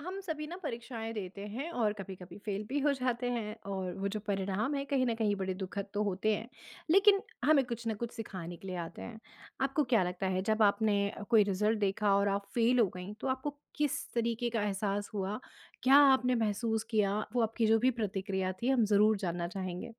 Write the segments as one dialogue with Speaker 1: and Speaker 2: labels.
Speaker 1: हम सभी ना परीक्षाएँ देते हैं और कभी-कभी फेल भी हो जाते हैं और वो जो परिणाम हैं कहीं न कहीं बड़े दुखद तो होते हैं। लेकिन हमें कुछ न कुछ सिखाने के लिए आते हैं। आपको क्या लगता है जब आपने कोई रिज़ल्ट देखा और आप फेल हो गईं तो आपको किस तरीके का एहसास हुआ? क्या आपने महसूस किया? वो आपकी जो भी प्रतिक्रिया थी हम ज़रूर जानना चाहेंगे।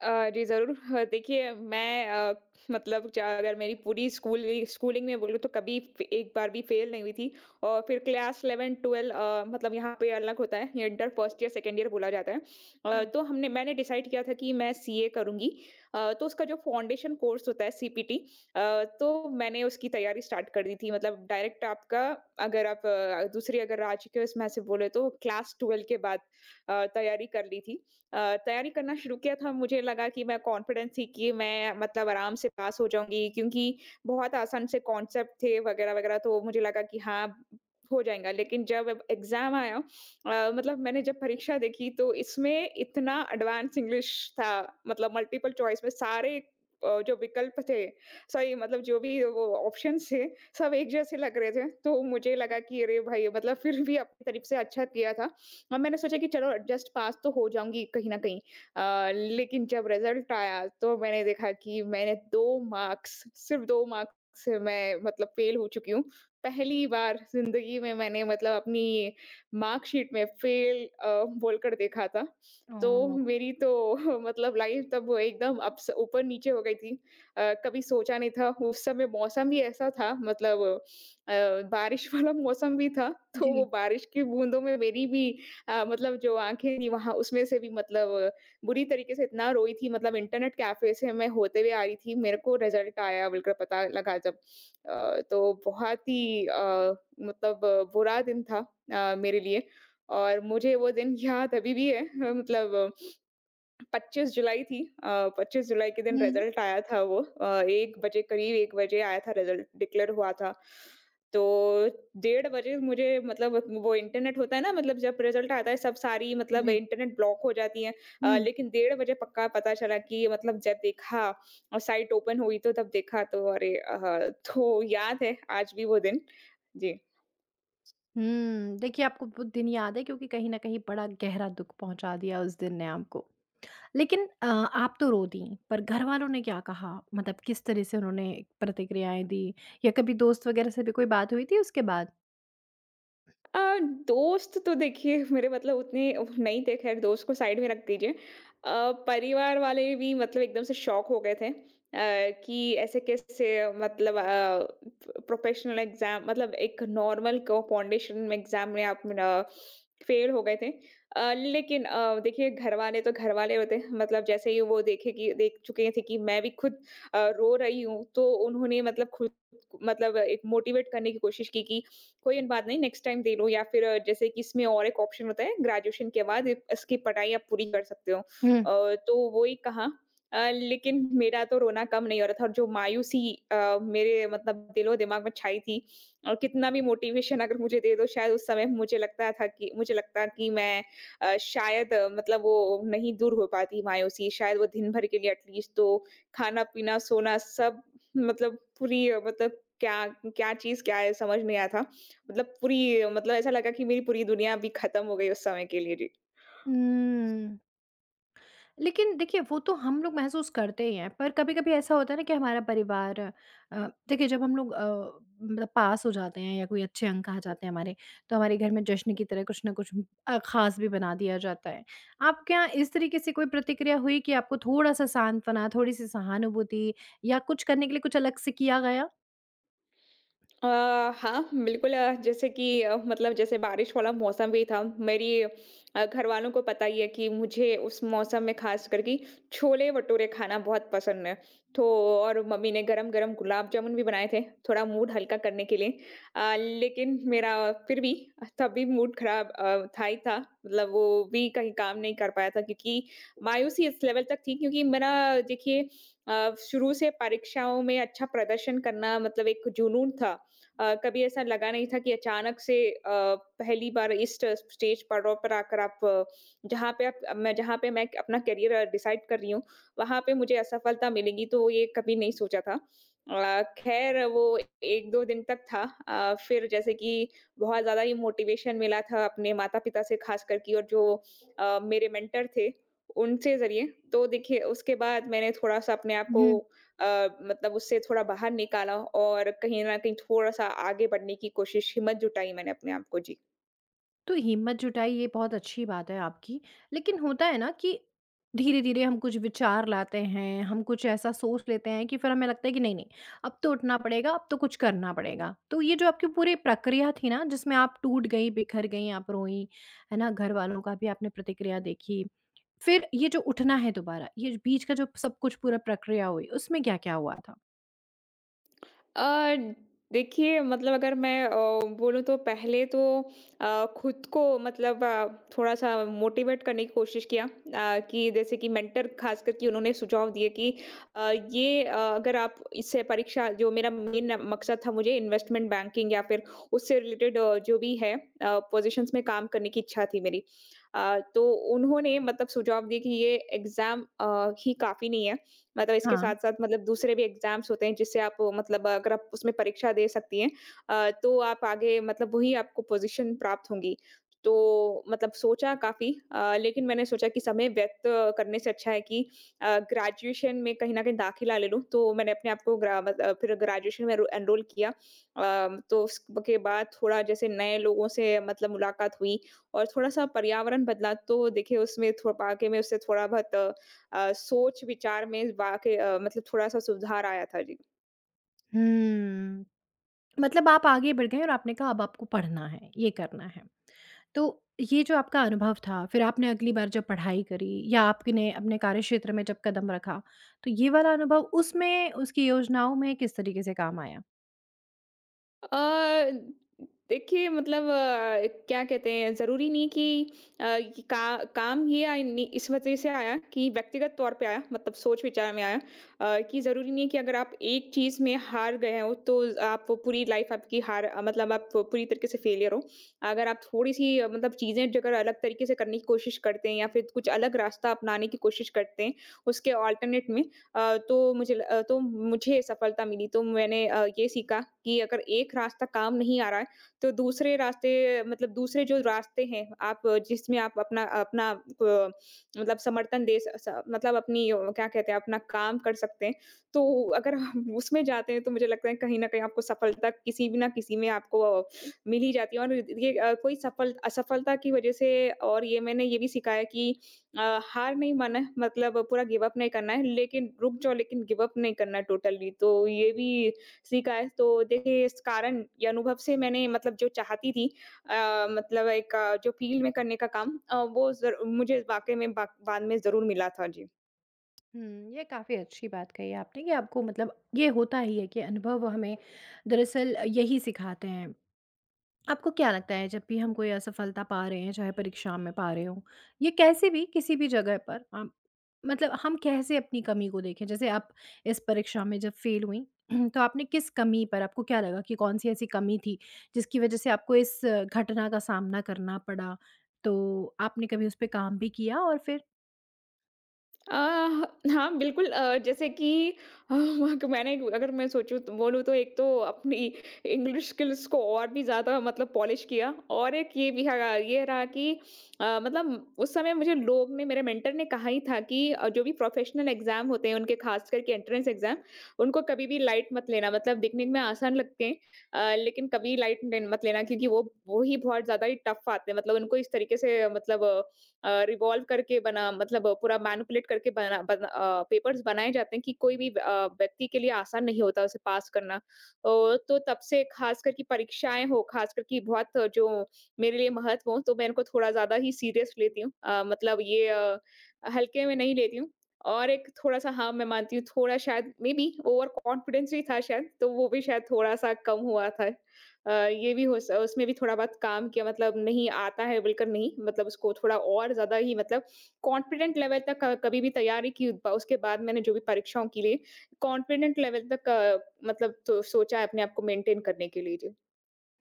Speaker 2: जी, ज़रूर। ह देखिए मैं मतलब ज अगर मेरी पूरी स्कूलिंग में बोलूँ तो कभी फ एक बार भी फ़ेल नहीं हुई थी। और फिर क्लास 11, 12 मतलब यहाँ पे अलग होता है, ये inter first year, second year बोला जाता है।
Speaker 1: हुँ।
Speaker 2: तो हमने मैंने डिसाइड किया था कि मैं सीए करूँगी। तो उसका जो फाउंडेशन कोर्स होता है सीपीटी। तो मैंने उसकी तैयारी स्टार्ट कर दी थी। मतलब डायरेक्ट आपका, अगर आप दूसरी अगर राज्य के उसमें से बोले तो क्लास 12 के बाद तैयारी कर ली थी। अ, तैयारी करना शुरू किया था, मुझे लगा कि मैं कॉन्फिडेंस थी कि मैं मतलब आराम से पास हो जाऊँगी, क्योंकि बहुत आसान से कॉन्सेप्ट थे वगैरह-वगैरह। तो मुझे लगा कि हाँ, हो जाएगा। लेकिन जब अब एग्ज़ाम आया मतलब मैंने जब परीक्षा देखी तो इसमें इतना एडवांस इंग्लिश था। मतलब मल्टिपल चॉइस में सारे जो विकल्प थे, सही मतलब जो भी वो ऑप्शंस थे, सब एक जैसे लग रहे थे। तो मुझे लगा कि अरे भाई! मतलब फिर भी अपनी तरफ से अच्छा किया था। और मैंने सोचा कि चलो जस्ट पास तो हो जाऊँगी कहीं न कहीं। अ, लेकिन जब रिज़ल्ट आया तो मैंने देखा कि मैंने 2 मार्क्स, सिर्फ़ 2 मार्क्स से मैं मतलब फ़ेल हो चुकी हूँ। पहली बार ज़िंदगी में मैंने मतलब अपनी मार्कशीट में फ़ेल बोलकर देखा था। तो
Speaker 1: ओह!
Speaker 2: मेरी तो मतलब लाइफ़ तब एकदम अप्स ऊपर-नीचे हो गई थी। कभी सोचा नहीं था, उस समय मौसम भी ऐसा था, मतलब अ, बारिश वाला मौसम भी था। तो वो
Speaker 1: जी।
Speaker 2: बारिश की बूँदों में मेरी भी मतलब जो आँखें थी, वहाँ उसमें से भी मतलब बुरी तरीके से इतना रोई थी। मतलब इंटरनेट कैफ़े से मैं होते हुए आ रही थी, मेरे को रिज़ल्ट आया बिल्कुल पता लगा जब। तो बहुत ही बुरा दिन था मेरे लिए। और मुझे वो दिन याद अभी भी है मतलब 25 जुलाई थी। 25 जुलाई के दिन
Speaker 1: हुँ,
Speaker 2: रिजल्ट आया था। वो 1 बजे, करीब 1 बजे आया था, रिजल्ट डिक्लेयर हुआ था। तो डेढ़ बजे मुझे मतलब, वो इंटरनेट होता है ना, मतलब जब रिजल्ट आता है सब सारी मतलब
Speaker 1: जी।
Speaker 2: इंटरनेट ब्लॉक हो जाती है।
Speaker 1: हुँ।
Speaker 2: लेकिन डेढ़ बजे पक्का पता चला कि मतलब जब देखा और साइट ओपन हुई, तो तब देखा तो अरे! तो याद है आज भी वो दिन। जी।
Speaker 1: हुँ, देखिए आपको वो दिन याद है क्योंकि कहीं न कहीं बड़ा गहरा दुःख पहुँचा दिया उस दिन ने आपको। लेकिन आप तो रो दीं, पर घरवालों ने क्या कहा? मतलब किस तरह से उन्होंने प्रतिक्रियाएँ दी या कभी दोस्त वगैरह से भी कोई बात हुई थी उसके बाद?
Speaker 2: अ, दोस्त तो देखिए मेरे मतलब उतने नहीं थे, खैर दोस्त को साइड में रख दीजिए। परिवार वाले भी मतलब एकदम से शॉक हो गए थे अ, कि ऐसे कैसे मतलब प्रोफेशनल एग्ज़ाम, मतलब एक नॉर्मल को फाउंडेशन एग्ज़ाम में आप फेल हो गए थे। लेकिन देखिए घरवाले तो घरवाले होते हैं, मतलब जैसे ही वो देखे कि देख चुके थे कि मैं भी खुद रो रही हूँ, तो उन्होंने मतलब खुद मतलब एक मोटिवेट करने की कोशिश की, कि कोई बात नहीं नेक्स्ट टाइम दे लो या फिर जैसे कि इसमें और एक ऑप्शन होता है ग्रेजुएशन के बाद, इसकी पढ़ाई आप पूरी कर सकते हो।
Speaker 1: हुँ।
Speaker 2: तो वही कहा। लेकिन मेरा तो रोना कम नहीं हो रहा था, और जो मायूसी मेरे मतलब दिलो दिमाग में छाई थी और कितना भी मोटिवेशन अगर मुझे दे दो, शायद उस समय मुझे लगता था कि मुझे लगता कि मैं अ, शायद अ, मतलब वो नहीं दूर हो पाती मायूसी, शायद वो दिन भर के लिए एटलीस्ट तो, खाना पीना सोना सब मतलब पूरी मतलब क्या क्या चीज क्या है समझ नहीं आया था। मतलब पूरी, मतलब ऐसा लगा कि मेरी पूरी दुनिया अभी खत्म हो गई उस समय के लिए। जी।
Speaker 1: हुँ। लेकिन देखिए वो तो हम लोग महसूस करते ही हैं, पर कभी-कभी ऐसा होता है ना कि हमारा परिवार। देखिए जब हम लोग मतलब पास हो जाते हैं या कोई अच्छे अंक आ जाते हैं हमारे, तो हमारे घर में जश्न की तरह कुछ ना कुछ ख़ास भी बना दिया जाता है। आपके यहाँ इस तरीके से कोई प्रतिक्रिया हुई कि आपको थोड़ा-सा सांत्वना, थोड़ी-सी सहानुभूति या कुछ करने के लिए कुछ अलग से किया गया?
Speaker 2: अ, हाँ, बिल्कुल जैसे कि मतलब जैसे बारिश वाला मौसम भी था, मेरी घरवालों को पता ही है कि मुझे उस मौसम में ख़ास करके छोले-भटूरे खाना बहुत पसंद है। तो और मम्मी ने गरम-गरम गुलाब जामुन भी बनाए थे, थोड़ा मूड हल्का करने के लिए। लेकिन मेरा फिर भी तब भी मूड ख़राब था ही था, मतलब वो भी कहीं काम नहीं कर पाया था, क्योंकि मायूसी इस लेवल तक थी। क्योंकि मेरा, देखिए शुरू से परीक्षाओं में अच्छा प्रदर्शन करना मतलब एक जुनून था। कभी ऐसा लगा नहीं था कि अचानक से पहली बार इस स्टेज पड़ाव पर आकर आप जहाँ पे मैं अपना करियर डिसाइड कर रही हूँ, वहाँ पे मुझे असफलता मिलेगी, तो ये कभी नहीं सोचा था। खैर वो 1-2 दिन तक था। फिर जैसे कि बहुत ज़्यादा ही मोटिवेशन मिला था अपने माता-पिता से ख़ासकर, कि और जो मेरे मेंटर थे, उनसे ज़रिए। तो देखिए, उसके बाद मैंने थोड़ा-सा अपने आप को मतलब उससे थोड़ा बाहर निकाला, और कहीं न कहीं थोड़ा-सा आगे बढ़ने की कोशिश, हिम्मत जुटाई मैंने अपने आप को। जी।
Speaker 1: तो हिम्मत जुटाई ये बहुत अच्छी बात है आपकी। लेकिन होता है ना कि धीरे-धीरे हम कुछ विचार लाते हैं, हम कुछ ऐसा सोच लेते हैं कि फिर हमें लगता है कि नहीं-नहीं अब तो उठना पड़ेगा, अब तो कुछ करना पड़ेगा। तो ये जो आपकी पूरी प्रक्रिया थी ना जिसमें आप टूट गई, बिखर गई, आप रोईं, है ना? घरवालों का भी आपने प्रतिक्रिया देखी। फिर ये जो उठना है दोबारा, ये बीच का जो सब कुछ पूरा प्रक्रिया हुई उसमें क्या-क्या हुआ था?
Speaker 2: अ, देखिए मतलब, अगर मैं बोलूँ तो पहले तो खुद को मतलब थोड़ा-सा मोटिवेट करने की कोशिश किया। कि जैसे कि मेंटर खास करके उन्होंने सुझाव दिए कि अगर आप इससे परीक्षा जो मेरा मेन मकसद था, मुझे इन्वेस्टमेंट बैंकिंग या फिर उससे रिलेटेड जो भी है पोज़ीशंस में काम करने की इच्छा थी मेरी। तो उन्होंने मतलब सुझाव दिए कि ये एग्ज़ाम ही काफ़ी नहीं है। मतलब इसके
Speaker 1: हाँ।
Speaker 2: साथ-साथ मतलब दूसरे भी एग्ज़ाम्स होते हैं, जिससे आप मतलब अगर आप उसमें परीक्षा दे सकती हैं तो आप आगे मतलब वही आपको पोज़ीशन प्राप्त होंगी। तो मतलब सोचा काफ़ी लेकिन मैंने सोचा कि समय व्यर्थ करने से अच्छा है कि ग्रेजुएशन में कहीं न कहीं दाखिला ले लूँ, तो मैंने अपने आप को ग्रा मत अ, फिर ग्रेजुएशन में रो एनरोल किया। तो उसके बाद थोड़ा जैसे नए लोगों से मतलब मुलाकात हुई, और थोड़ा-सा पर्यावरण बदला। तो देखिए उसमें थो वाक़ई में उससे थोड़ा बहुत सोच-विचार में वाक़ई मतलब थोड़ा-सा सुधार आया था। जी।
Speaker 1: हुँ। मतलब आप आगे बढ़ गए और आपने कहा अब आपको पढ़ना है, ये करना है। तो ये जो आपका अनुभव था, फिर आपने अगली बार जब पढ़ाई करी या आपने अपने कार्यक्षेत्र में जब कदम रखा, तो ये वाला अनुभव उसमें उसकी योजनाओं में किस तरीके से काम आया?
Speaker 2: अ, देखिए मतलब क्या कहते हैं, ज़रूरी नहीं कि ये का काम ये आय नि इस वजह से आया कि व्यक्तिगत तौर पे आया, मतलब सोच-विचार में आया। कि ज़रूरी नहीं है कि अगर आप एक चीज़ में हार गए हो, तो आप वो पूरी लाइफ़ आपकी हार अ, मतलब आप वो पूरी तरीके से फेलियर हो। अगर आप थोड़ी-सी मतलब चीज़ें जो अगर अलग तरीके से करने की कोशिश करते हैं या फिर कुछ अलग रास्ता अपनाने की कोशिश करते हैं उसके अल्टरनेट में, तो तो मुझे सफलता मिली। तो मैंने ये सीखा कि अगर एक रास्ता काम नहीं आ रहा है, तो दूसरे रास्ते, मतलब दूसरे जो रास्ते हैं, आप जिसमें आप अपना अपना प मतलब समर्थन दे स स मतलब अपनी क्या कहते हैं, अपना काम कर सकते हैं। तो अगर हम उसमें जाते हैं, तो मुझे लगता है कहीं न कहीं आपको सफलता किसी भी ना किसी में आपको मिल ही जाती है। और ये कोई सफल असफलता की वज़ह से। और ये मैंने ये भी सीखा है कि हार नहीं मानना है, मतलब पूरा गिव अप नहीं करना है, लेकिन रुक जाओ, लेकिन गिव अप नहीं करना है टोटली। तो ये भी सीखा है। तो देखिए इस कारण या अनुभव से मैंने मतलब जो चाहती थी मतलब एक जो फील्ड में करने का काम वो ज़रू मुझे वाक़ई में बा बाद में ज़रूर मिला था। जी।
Speaker 1: हुँ, ये काफ़ी अच्छी बात कही आपने कि आपको मतलब ये होता ही है कि अनुभव हमें दरअसल यही सिखाते हैं। आपको क्या लगता है जब भी हम कोई असफलता पा रहे हैं चाहे परीक्षा में पा रहे हों या कैसे भी किसी भी जगह पर आप मतलब हम कैसे अपनी कमी को देखें जैसे आप इस परीक्षा में जब फेल हुई तो आपने किस कमी पर आपको क्या लगा कि कौन सी ऐसी कमी थी जिसकी वजह से आपको इस घटना का सामना करना पड़ा तो आपने कभी उस पर काम भी किया और फिर
Speaker 2: अ, हाँ, बिल्कुल जैसे कि वहाँ को मैंने अगर मैं सोचूँ तो बोलूँ, तो एक तो अपनी इंग्लिश स्किल्स को और भी ज़्यादा मतलब पॉलिश किया। और एक ये रहा कि मतलब उस समय मुझे लोग ने मेरे मेंटर ने कहा ही था कि जो भी प्रोफेशनल एग्ज़ाम होते हैं उनके, ख़ास करके एंट्रेंस एग्ज़ाम, उनको कभी भी लाइट मत लेना, मतलब दिखने में आसान लगते हैं। लेकिन कभी लाइट ले मत लेना क्योंकि वो ही बहुत ज़्यादा ही टफ़ आते हैं। मतलब उनको इस तरीके से मतलब रिवॉल्व करके बना मतलब पूरा मैनिपुलेट करके बना बना पेपर्स बनाए जाते हैं, कि कोई भी व्यक्ति के लिए आसान नहीं होता उसे पास करना। तो तब से खासकर कि परीक्षाएँ हो, खासकर कि बहुत जो मेरे लिए महत्व हो, तो मैं इनको थोड़ा ज़्यादा ही सीरियस लेती हूँ। हल्के में नहीं लेती हूँ। और एक थोड़ा-सा, हाँ मैं मानती हूँ थोड़ा शायद मेबी ओवर कॉन्फिडेंस ही था शायद, तो वो भी शायद थोड़ा-सा कम हुआ था। ये भी हो स उसमें भी थोड़ा बहुत काम किया, मतलब नहीं आता है बिल्कुल नहीं, मतलब उसको थोड़ा और ज़्यादा ही मतलब कॉन्फिडेंट लेवल तक क कभी भी तैयारी की ब उसके बाद मैंने जो भी परीक्षाओं के लिए कॉन्फिडेंट लेवल तक मतलब तो सोचा है अपने आप को मेंटेन करने के लिए। जी।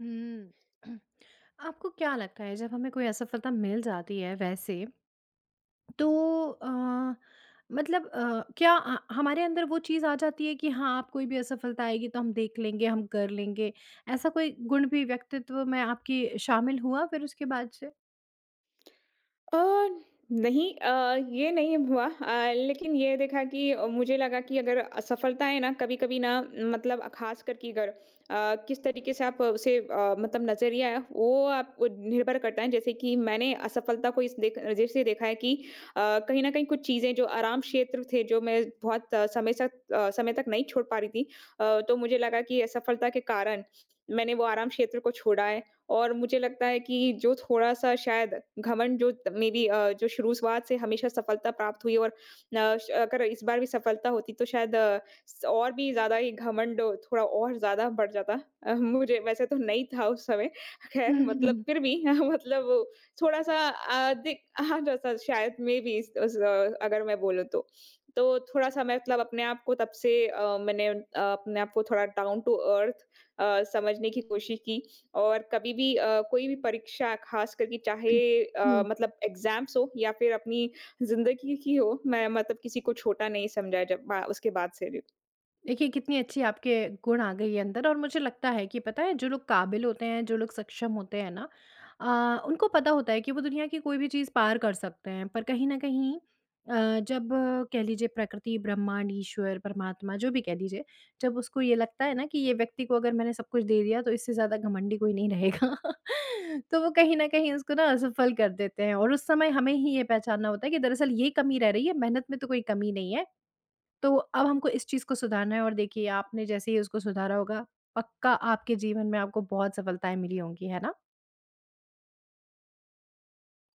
Speaker 1: हम्म। आपको क्या लगता है जब हमें कोई असफलता मिल जाती है वैसे तो अ, मतलब क्या हमारे अंदर वो चीज़ आ जाती है कि हाँ, आप कोई भी असफलता आएगी तो हम देख लेंगे, हम कर लेंगे। ऐसा कोई गुण भी व्यक्तित्व में आपके शामिल हुआ फिर उसके बाद से?
Speaker 2: अ, नहीं, ये नहीं हुआ लेकिन ये देखा कि मुझे लगा कि अगर असफलताएँ ना कभी-कभी ना मतलब ख़ास करके अगर अ, किस तरीके से आप उसे मतलब नज़रिया है वो आप वो निर्भर करता है। जैसे कि मैंने असफलता को इस देख नज़र से देखा है कि अ, कहीं न कहीं कुछ चीज़ें जो आराम क्षेत्र थे जो मैं बहुत समय तक समय तक नहीं छोड़ पा रही थी। तो मुझे लगा कि असफलता के कारण मैंने वो आराम क्षेत्र को छोड़ा है। और मुझे लगता है कि जो थोड़ा-सा शायद घमंड जो मेबी जो शुरुआत से हमेशा सफलता प्राप्त हुई और न श अगर इस बार भी सफलता होती तो शायद स और भी ज़्यादा ये घमंड थोड़ा और ज़्यादा बढ़ जाता। मुझे वैसे तो नहीं था उस समय खैर मतलब फिर भी मतलब थोड़ा-सा अधिक हाँ, जैसा शायद मेबी इस उस अगर मैं बोलूँ तो। तो थोड़ा-सा मैं मतलब अपने आप को तब से मैंने अपने आप को थोड़ा डाउन टू अर्थ समझने की कोशिश की और कभी भी कोई भी परीक्षा खास करके चाहे मतलब एग्ज़ाम्स हो या फिर अपनी ज़िंदगी की हो, मैं मतलब किसी को छोटा नहीं समझा जब बा उसके बाद से भी।
Speaker 1: देखिए कितनी अच्छी आपके गुण आ गई है अंदर और मुझे लगता है कि पता है जो लोग काबिल होते हैं जो लोग सक्षम होते हैं ना उनको पता होता है कि वो दुनिया की कोई भी चीज़ पार कर सकते हैं पर कहीं ना कहीं जब कह लीजिए प्रकृति ब्रह्मांड ईश्वर परमात्मा जो भी कह लीजिए जब उसको ये लगता है ना कि ये व्यक्ति को अगर मैंने सब कुछ दे दिया तो इससे ज़्यादा घमंडी कोई नहीं रहेगा तो वो कहीं ना कहीं उसको ना असफल कर देते हैं और उस समय हमें ही ये पहचानना होता है कि दरअसल ये कमी रह रही है मेहनत में तो कोई कमी नहीं है। तो अब हमको इस चीज़ को सुधारना है और देखिए आपने जैसे ही उसको सुधारा होगा, पक्का आपके जीवन में आपको बहुत सफलताएँ मिली होंगी, है ना?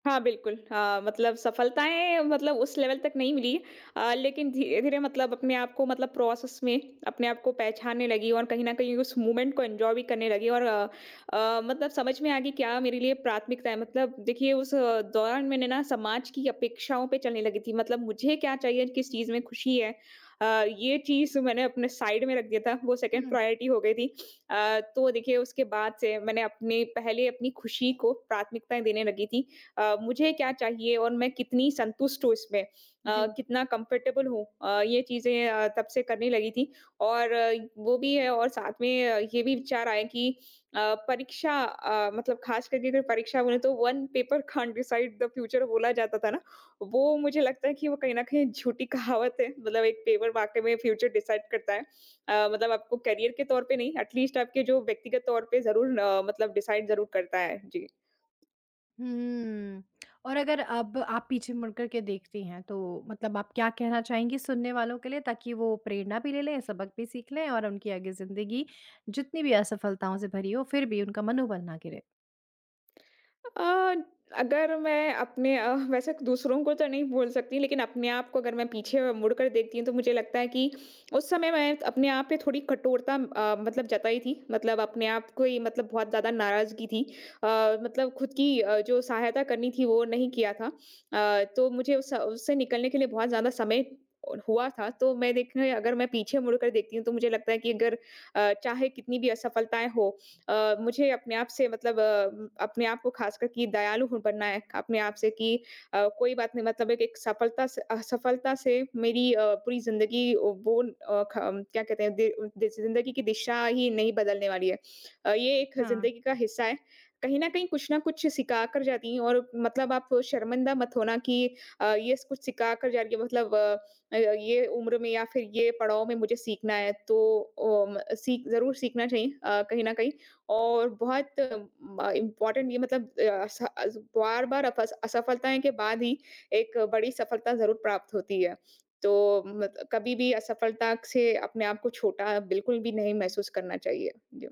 Speaker 2: हाँ, बिल्कुल। हाँ, मतलब सफलताएँ मतलब उस लेवल तक नहीं मिली। लेकिन धीरे-धीरे मतलब अपने आप को मतलब प्रोसेस में अपने आप को पहचानने लगी और कहीं न कहीं उस मूवमेंट को एन्जॉय भी करने लगी और मतलब समझ में आ गई क्या मेरे लिए प्राथमिकता है। मतलब देखिए उस दौरान मैंने ना समाज की अपेक्षाओं पे चलने लगी थी। मतलब मुझे क्या चाहिए, किस चीज़ में खुशी है। ये चीज़ मैंने अपने साइड में रख दिया था, वो सेकंड
Speaker 1: हुँ,
Speaker 2: प्रायोरिटी हो गई थी। तो देखिए उसके बाद से मैंने अपनी पहले अपनी खुशी को प्राथमिकताएँ देने लगी थी। मुझे क्या चाहिए और मैं कितनी संतुष्ट हूँ इसमें
Speaker 1: जी।
Speaker 2: कितना कंफर्टेबल हूँ, ये चीज़ें तब से करने लगी थी और वो भी है और साथ में ये भी विचार आया कि अ, परीक्षा मतलब खास करके अगर परीक्षा बोले तो one paper can't decide the future बोला जाता था ना वो मुझे लगता है कि वो कहीं ना कहीं झूठी कहावत है मतलब एक पेपर वाकई में फ्यूचर डिसाइड करता है। मतलब आपको करियर के तौर पे नहीं एटलीस्ट आपके जो व्यक्तिगत तौर पे जरूर मतलब डिसाइड जरूर करता है जी।
Speaker 1: हुँ, और अगर अब आप पीछे मुड़ कर के देखती हैं, तो मतलब आप क्या कहना चाहेंगी सुनने वालों के लिए ताकि वो प्रेरणा भी ले लें, सबक भी सीख लें और उनकी आगे ज़िंदगी जितनी भी असफलताओं से भरी हो, फिर भी उनका मनोबल ना गिरे?
Speaker 2: अ, अगर मैं अपने वैसे दूसरों को तो नहीं बोल सकती लेकिन अपने आप को अगर मैं पीछे मुड़कर देखती हूँ तो मुझे लगता है कि उस समय मैं अपने आप पे थोड़ी कठोरता मतलब जताई थी मतलब अपने आप को ही मतलब बहुत ज्यादा नाराजगी थी। अ, मतलब खुद की, जो सहायता करनी थी वो नहीं किया था। तो मुझे उस, उससे निकलने के लिए बहुत ज्यादा समय हुआ था तो मैं देखने अगर मैं पीछे मुड़कर देखती हूँ तो मुझे लगता है कि अगर चाहे कितनी भी असफलताएं हो मुझे अपने आप से मतलब अपने आप को खासकर कि बनना है अपने आप से कि कोई बात नहीं मतलब एक सफलता से असफलता से मेरी पूरी जिंदगी वो क्या कहते हैं दि- दि- जिंदगी की दिशा ही नहीं बदलने वाली है। ये एक
Speaker 1: हाँ,
Speaker 2: जिंदगी का हिस्सा है। कहीं ना कहीं कुछ ना कुछ सिखा कर जाती हैं और मतलब आप शर्मिंदा मत होना कि ये कुछ सिखा कर जा रही है मतलब ये उम्र में या फिर ये पड़ाव में मुझे सीखना है तो अम, सीख जरूर सीखना चाहिए, कहीं ना कहीं। और बहुत म इम्पोर्टेंट ये मतलब अ, अस अज़ बार-बार अफस असफलताएँ के बाद ही एक बड़ी सफलता ज़रूर प्राप्त होती है। तो मत कभी भी असफलता से अपने आप को छोटा बिल्कुल भी नहीं महसूस करना चाहिए। जी।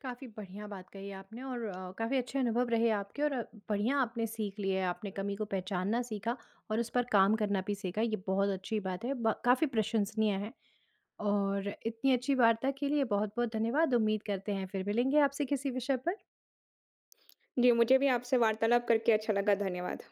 Speaker 1: काफ़ी बढ़िया बात कही आपने और काफ़ी अच्छे अनुभव रहे आपके और बढ़िया आपने सीख लिए। आपने कमी को पहचानना सीखा और उस पर काम करना भी सीखा, ये बहुत अच्छी बात है। काफ़ी प्रशंसनीय है और इतनी अच्छी वार्ता के लिए बहुत बहुत धन्यवाद। उम्मीद करते हैं फिर मिलेंगे आपसे किसी विषय पर।
Speaker 2: जी, मुझे भी आपसे वार्तालाप करके अच्छा लगा। धन्यवाद।